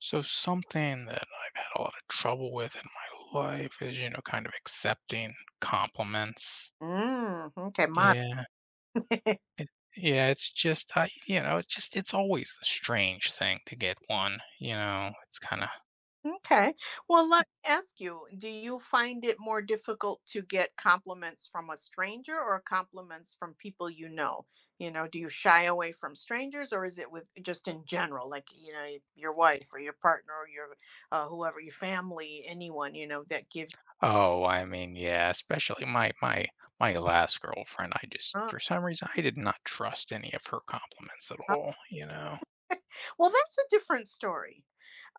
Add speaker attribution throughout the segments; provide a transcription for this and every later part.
Speaker 1: So something that I've had a lot of trouble with in my life is, you know, kind of accepting compliments.
Speaker 2: Mm, okay, mine.
Speaker 1: Yeah. It, yeah, it's just I, you know, it's just it's always a strange thing to get one, It's kind of
Speaker 2: Okay. Well, let me ask you, do you find it more difficult to get compliments from a stranger or compliments from people you know? You know, do you shy away from strangers or is it with just in general, like, you know, your wife or your partner or your whoever, your family, anyone, you know, that gives
Speaker 1: oh, I mean, yeah, especially my last girlfriend, I just
Speaker 2: you, "Oh,
Speaker 1: for some reason I did not trust any of her compliments at all, you know.
Speaker 2: well, that's a different story.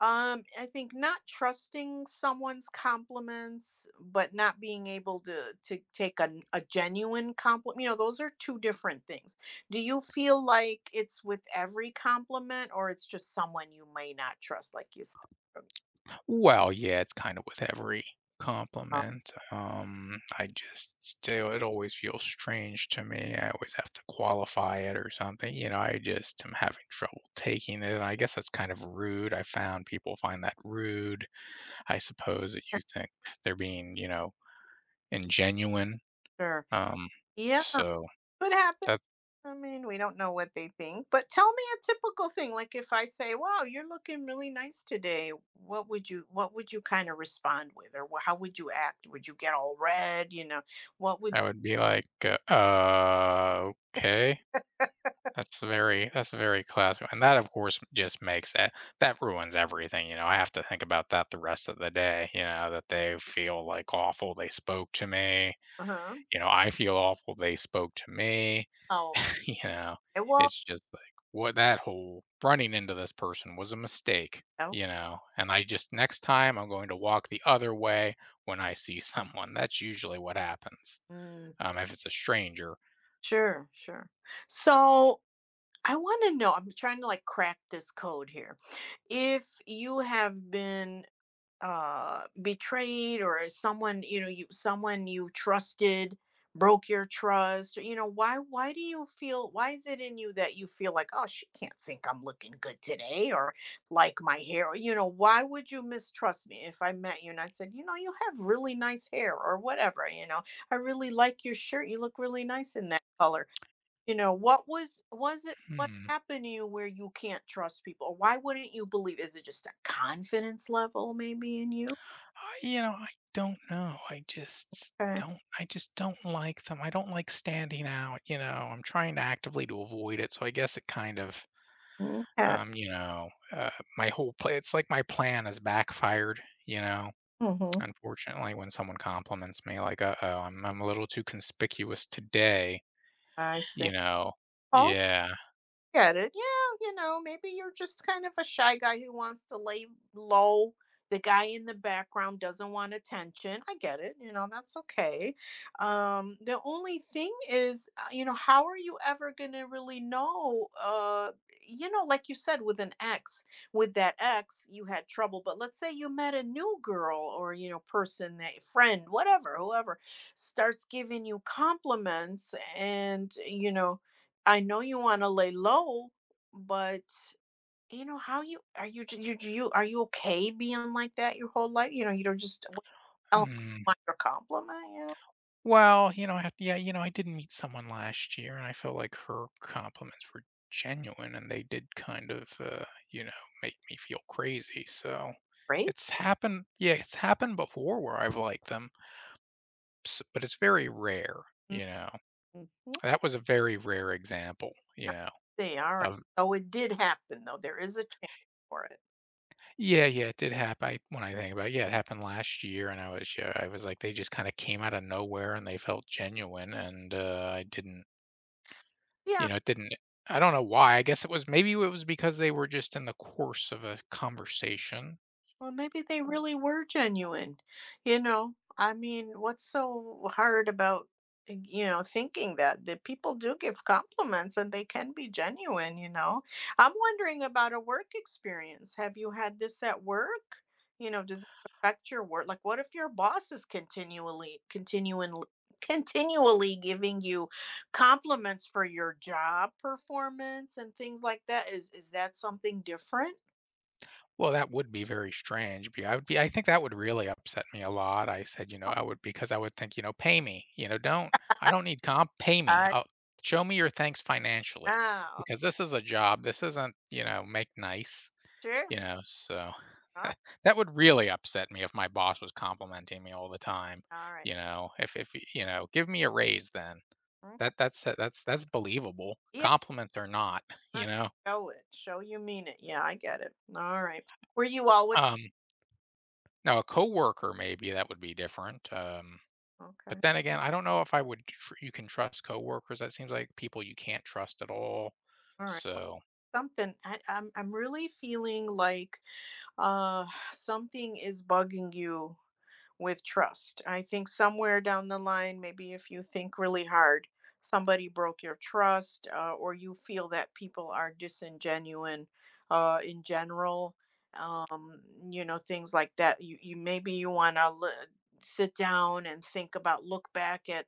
Speaker 2: I think not trusting someone's compliments, but not being able to take a genuine compliment, you know, those are two different things. Do you feel like it's with every compliment or it's just someone you may not trust, like you said?
Speaker 1: Well, yeah, it's kind of with every
Speaker 2: Oh,
Speaker 1: compliment. I just still, it always feels strange to me. I always have to qualify it or something. You know, I just am having trouble taking it. And I guess that's kind of rude. I found people find that rude. I suppose that you think they're being, you know, ingenuine.
Speaker 2: sure.
Speaker 1: Um,
Speaker 2: Yeah,
Speaker 1: so
Speaker 2: could happen.
Speaker 1: that
Speaker 2: I mean, we don't know what they think, but tell me a typical thing. Like if I say, "Wow, you're looking really nice today," what would you kind of respond with, or how would you act? Would you get all red? You know, what would?
Speaker 1: I would be like, okay. That's very classic, and that, of course, just makes it that ruins everything, you know. I have to think about that the rest of the day, you know, that they feel, like, awful they spoke to me,
Speaker 2: Uh huh.
Speaker 1: you know, I feel awful they spoke to me,
Speaker 2: Oh,
Speaker 1: you know,
Speaker 2: okay, well,
Speaker 1: it's just like, what that whole running into this person was a mistake,
Speaker 2: oh,
Speaker 1: you know, and I just next time, I'm going to walk the other way when I see someone, that's usually what happens,
Speaker 2: mm,
Speaker 1: if it's a stranger.
Speaker 2: sure, sure. So I want to know. I'm trying to like crack this code here. If you have been betrayed or someone you know, you someone you trusted broke your trust. You know, why do you feel, why is it in you that you feel like, oh, she can't think I'm looking good today, or like my hair? Or, you know, why would you mistrust me if I met you and I said, you know, you have really nice hair or whatever. You know, I really like your shirt, you look really nice in that color. You know, what was it what
Speaker 1: Hmm.
Speaker 2: happened to you where you can't trust people? Or why wouldn't you believe? Is it just a confidence level maybe in you?
Speaker 1: I don't know. I just
Speaker 2: Okay.
Speaker 1: don't I just don't like them. I don't like standing out, you know. I'm trying to actively to avoid it, so I guess it kind of
Speaker 2: Okay.
Speaker 1: um, you know, uh, my whole play it's like my plan has backfired, you know.
Speaker 2: Mhm.
Speaker 1: Unfortunately, when someone compliments me like, "Uh-oh, I'm a little too conspicuous today,"
Speaker 2: I see.
Speaker 1: you know. Yeah.
Speaker 2: Get it. Yeah, you know, maybe you're just kind of a shy guy who wants to lay low. The guy in the background doesn't want attention. I get it. You know, that's okay. The only thing is, you know, how are you ever going to really know? You know, like you said, with an ex, with that ex, you had trouble. But let's say you met a new girl or, you know, person, that friend, whatever, whoever starts giving you compliments and, you know, I know you want to lay low, but, you know, how you are. You okay being like that your whole life? You know, you don't just, "Well, I
Speaker 1: Mm.
Speaker 2: want your compliment." You know,
Speaker 1: Well, you know, I have to, yeah, you know, I did meet someone last year, and I felt like her compliments were genuine, and they did kind of, you know, make me feel crazy. So
Speaker 2: great.
Speaker 1: it's happened. Yeah, it's happened before where I've liked them, but it's very rare. You know,
Speaker 2: Mhm.
Speaker 1: that was a very rare example. You know,
Speaker 2: See, all right.
Speaker 1: of
Speaker 2: So it did happen though. There is a chance for it.
Speaker 1: yeah, yeah, it did happen. I, when I think about it, yeah, it happened last year, and I was, yeah, I was like, they just kind of came out of nowhere, and they felt genuine, and I didn't You
Speaker 2: Yeah.
Speaker 1: know, it didn't I don't know why, I guess it was maybe it was because they were just in the course of a conversation.
Speaker 2: Well, maybe they really were genuine. You know, I mean, what's so hard about, you know, thinking that people do give compliments and they can be genuine, you know? I'm wondering about a work experience. Have you had this at work? You know, does it affect your work? Like, what if your boss is continually giving you compliments for your job performance and things like that? Is that something different?
Speaker 1: Well, that would be very strange, be I would be I think that would really upset me a lot, I said, you know, I would because I would think, you know, "Pay me," you know, don't need pay me,
Speaker 2: I
Speaker 1: I'll show me your thanks financially,
Speaker 2: know.
Speaker 1: because this is a job, this isn't, you know, make nice,"
Speaker 2: Sure.
Speaker 1: you know, so
Speaker 2: Oh,
Speaker 1: that would really upset me if my boss was complimenting me all the time,
Speaker 2: all right.
Speaker 1: you know, if, you know, "Give me a raise then."
Speaker 2: Okay.
Speaker 1: That's believable,
Speaker 2: Yeah.
Speaker 1: compliments are not,
Speaker 2: Right.
Speaker 1: you know?
Speaker 2: Show it. Show you mean it. Yeah, I get it. All right. Were you always
Speaker 1: Um, now a coworker, maybe that would be different, but
Speaker 2: okay?
Speaker 1: then again, I don't know if I would tr you can trust coworkers, that seems like people you can't trust at all,
Speaker 2: All right.
Speaker 1: so,
Speaker 2: Something. I, I'm. I'm really feeling like uh something is bugging you with trust. I think somewhere down the line, maybe if you think really hard, somebody broke your trust, or you feel that people are disingenuine, in general, um, you know, things like that. You maybe you want to sit down and think about, look back at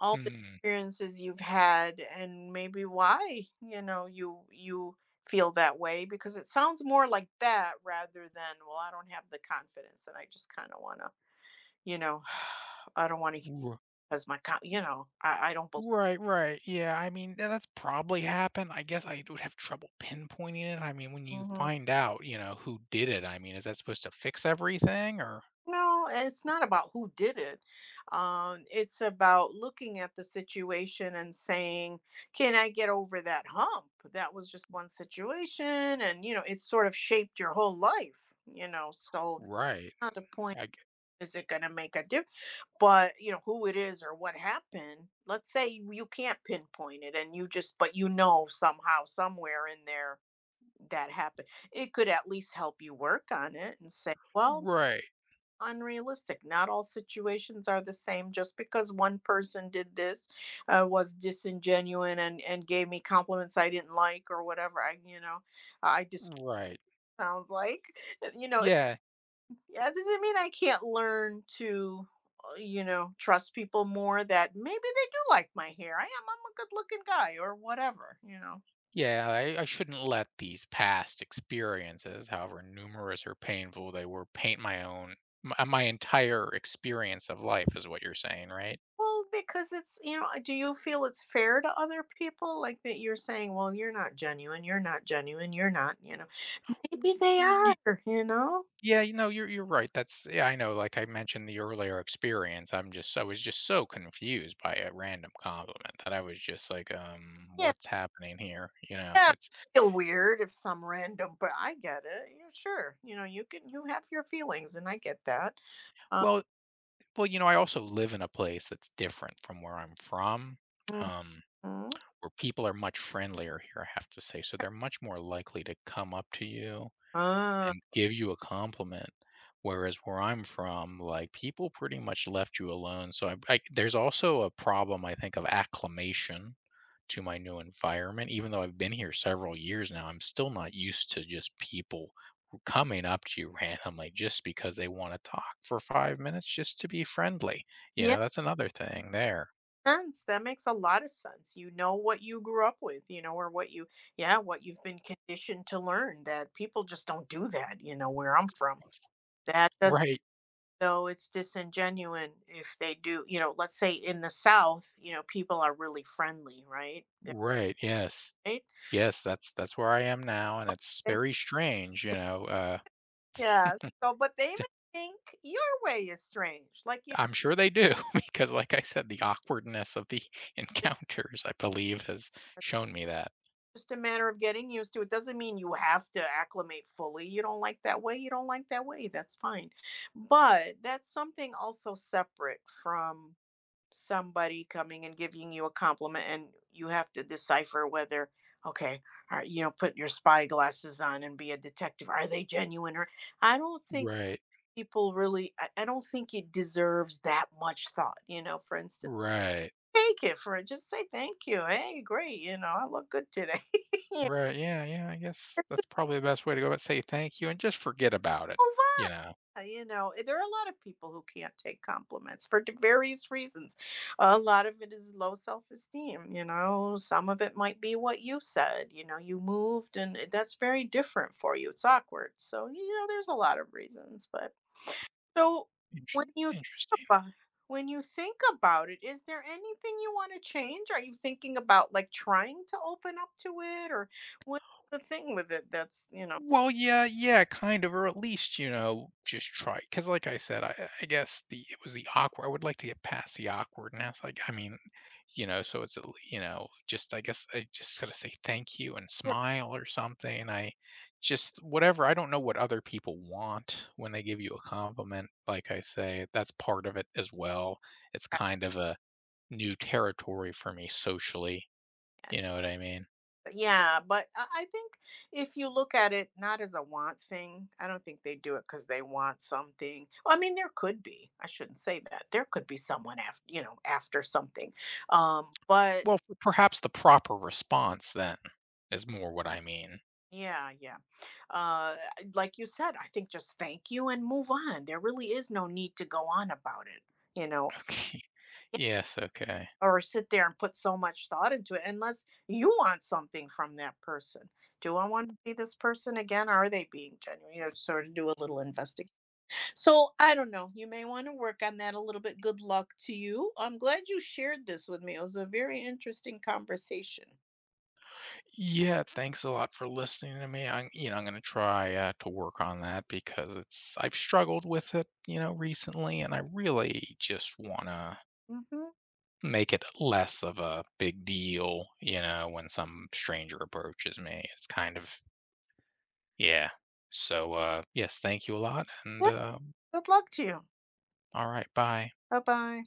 Speaker 2: all the
Speaker 1: hmm.
Speaker 2: experiences you've had, and maybe why, you know, you feel that way. Because it sounds more like that rather than, well, I don't have the confidence and I just kind of want to, you know, I don't want to hear
Speaker 1: R
Speaker 2: because my, you know, I don't believe.
Speaker 1: right, right, yeah, I mean, that's probably happened, I guess I would have trouble pinpointing it, I mean, when you
Speaker 2: Hmm.
Speaker 1: find out, you know, who did it, I mean, is that supposed to fix everything or
Speaker 2: No, it's not about who did it. It's about looking at the situation and saying, can I get over that hump? That was just one situation. And, you know, it's sort of shaped your whole life, you know. So
Speaker 1: right,
Speaker 2: that's not the point.
Speaker 1: I g
Speaker 2: Is it going to make a difference? But, you know, who it is or what happened, let's say you can't pinpoint it and you just, but you know somehow, somewhere in there that happen. It could at least help you work on it and say, well,
Speaker 1: right,
Speaker 2: unrealistic. Not all situations are the same. Just because one person did this, was disingenuous and gave me compliments I didn't like or whatever. I, you know, I just
Speaker 1: right,
Speaker 2: sounds like, you know, it,
Speaker 1: yeah.
Speaker 2: yeah, doesn't mean I can't learn to, you know, trust people more, that maybe they do like my hair. I am, I'm a good looking guy or whatever, you know.
Speaker 1: Yeah, I shouldn't let these past experiences, however numerous or painful they were, paint my own, my entire experience of life, is what you're saying, right?
Speaker 2: Well, because it's, you know, do you feel it's fair to other people? Like that you're saying, well, you're not genuine, you're not genuine, you're not, you know. Maybe they are,
Speaker 1: Y-
Speaker 2: you know?
Speaker 1: Yeah, you know, you're right. That's yeah, I know. Like I mentioned the earlier experience, I was just so confused by a random compliment that I was just like,
Speaker 2: Yeah.
Speaker 1: what's happening here? You know,
Speaker 2: Yeah.
Speaker 1: it's
Speaker 2: I feel weird if some random, but I get it. Yeah, sure. You know, you can, you have your feelings and I get that. Um
Speaker 1: well, well, you know, I also live in a place that's different from where I'm from. Um,
Speaker 2: mhm.
Speaker 1: where people are much friendlier here, I have to say. So they're much more likely to come up to you
Speaker 2: uh,
Speaker 1: and give you a compliment. Whereas where I'm from, like people pretty much left you alone. So there's also a problem, I think, of acclimation to my new environment. Even though I've been here several years now, I'm still not used to just people who coming up to you randomly just because they want to talk for 5 minutes just to be friendly. You
Speaker 2: yeah,
Speaker 1: know, that's another thing there.
Speaker 2: sense. That makes a lot of sense. You know what you grew up with, you know, or what you, yeah, what you've been conditioned to learn, that people just don't do that, you know, where I'm from. That
Speaker 1: Right.
Speaker 2: though, it's disingenuine if they do, you know. Let's say in the south, you know, people are really friendly, right?
Speaker 1: Right. Yes.
Speaker 2: Right.
Speaker 1: Yes, that's where I am now, and it's
Speaker 2: Eh,
Speaker 1: very strange, you know,
Speaker 2: yeah, so, but they may think your way is strange, like you.
Speaker 1: I'm sure they do because like I said, the awkwardness of the
Speaker 2: It's
Speaker 1: encounters, I believe, has shown me that.
Speaker 2: just a matter of getting used to it. Doesn't mean you have to acclimate fully. You don't like that way, you don't like that way, that's fine. But that's something also separate from somebody coming and giving you a compliment and you have to decipher whether, okay, all right, you know, put your spy glasses on and be a detective, are they genuine or, I don't think
Speaker 1: Right.
Speaker 2: people really, I don't think it deserves that much thought, you know. For instance,
Speaker 1: Right.
Speaker 2: take it for it, just say thank you. Hey, great, you know, I look good today. You.
Speaker 1: Right, yeah, yeah, I guess that's probably the best way to go, but say thank you and just forget about it,
Speaker 2: Oh,
Speaker 1: you
Speaker 2: fun.
Speaker 1: know?
Speaker 2: You know, there are a lot of people who can't take compliments for various reasons. A lot of it is low self esteem. You know, some of it might be what you said. You know, you moved, and that's very different for you. It's awkward. So, you know, there's a lot of reasons. But so, when
Speaker 1: Intere
Speaker 2: you think
Speaker 1: interesting.
Speaker 2: about when you think about it, is there anything you want to change? Are you thinking about like trying to open up to it, or what's the thing with it that's, you know?
Speaker 1: Well, yeah, yeah, kind of, or at least, you know, just try. Because, like I said, I guess the it was the awkward. I would like to get past the awkwardness. Like, I mean, you know, so you know, just I guess I just gotta say thank you and smile or something. I just whatever. I don't know what other people want when they give you a compliment. Like I say, that's part of it as well. It's kind of a new territory for me socially. You know what I mean?
Speaker 2: Yeah, but I think if you look at it not as a want thing, I don't think they do it because they want something. Well, I mean, there could be. I shouldn't say that. There could be someone after, you know, after something. But
Speaker 1: Well, for perhaps the proper response then, is more what I mean.
Speaker 2: yeah, yeah. Uh, like you said, I think just thank you and move on. There really is no need to go on about it. You know.
Speaker 1: Okay. Yes, okay.
Speaker 2: Or sit there and put so much thought into it unless you want something from that person. Do I want to see this person again? Are they being genuine? You know, sort of do a little investigation. So I don't know. You may want to work on that a little bit. Good luck to you. I'm glad you shared this with me. It was a very interesting conversation.
Speaker 1: Yeah, thanks a lot for listening to me. I'm you know, I'm gonna try, to work on that because it's I've struggled with it, you know, recently, and I really just wanna
Speaker 2: Hmm.
Speaker 1: make it less of a big deal, you know, when some stranger approaches me. It's kind of yeah. So, yes, thank you a lot, and,
Speaker 2: Yeah, good luck to you.
Speaker 1: alright, bye.
Speaker 2: Bye bye.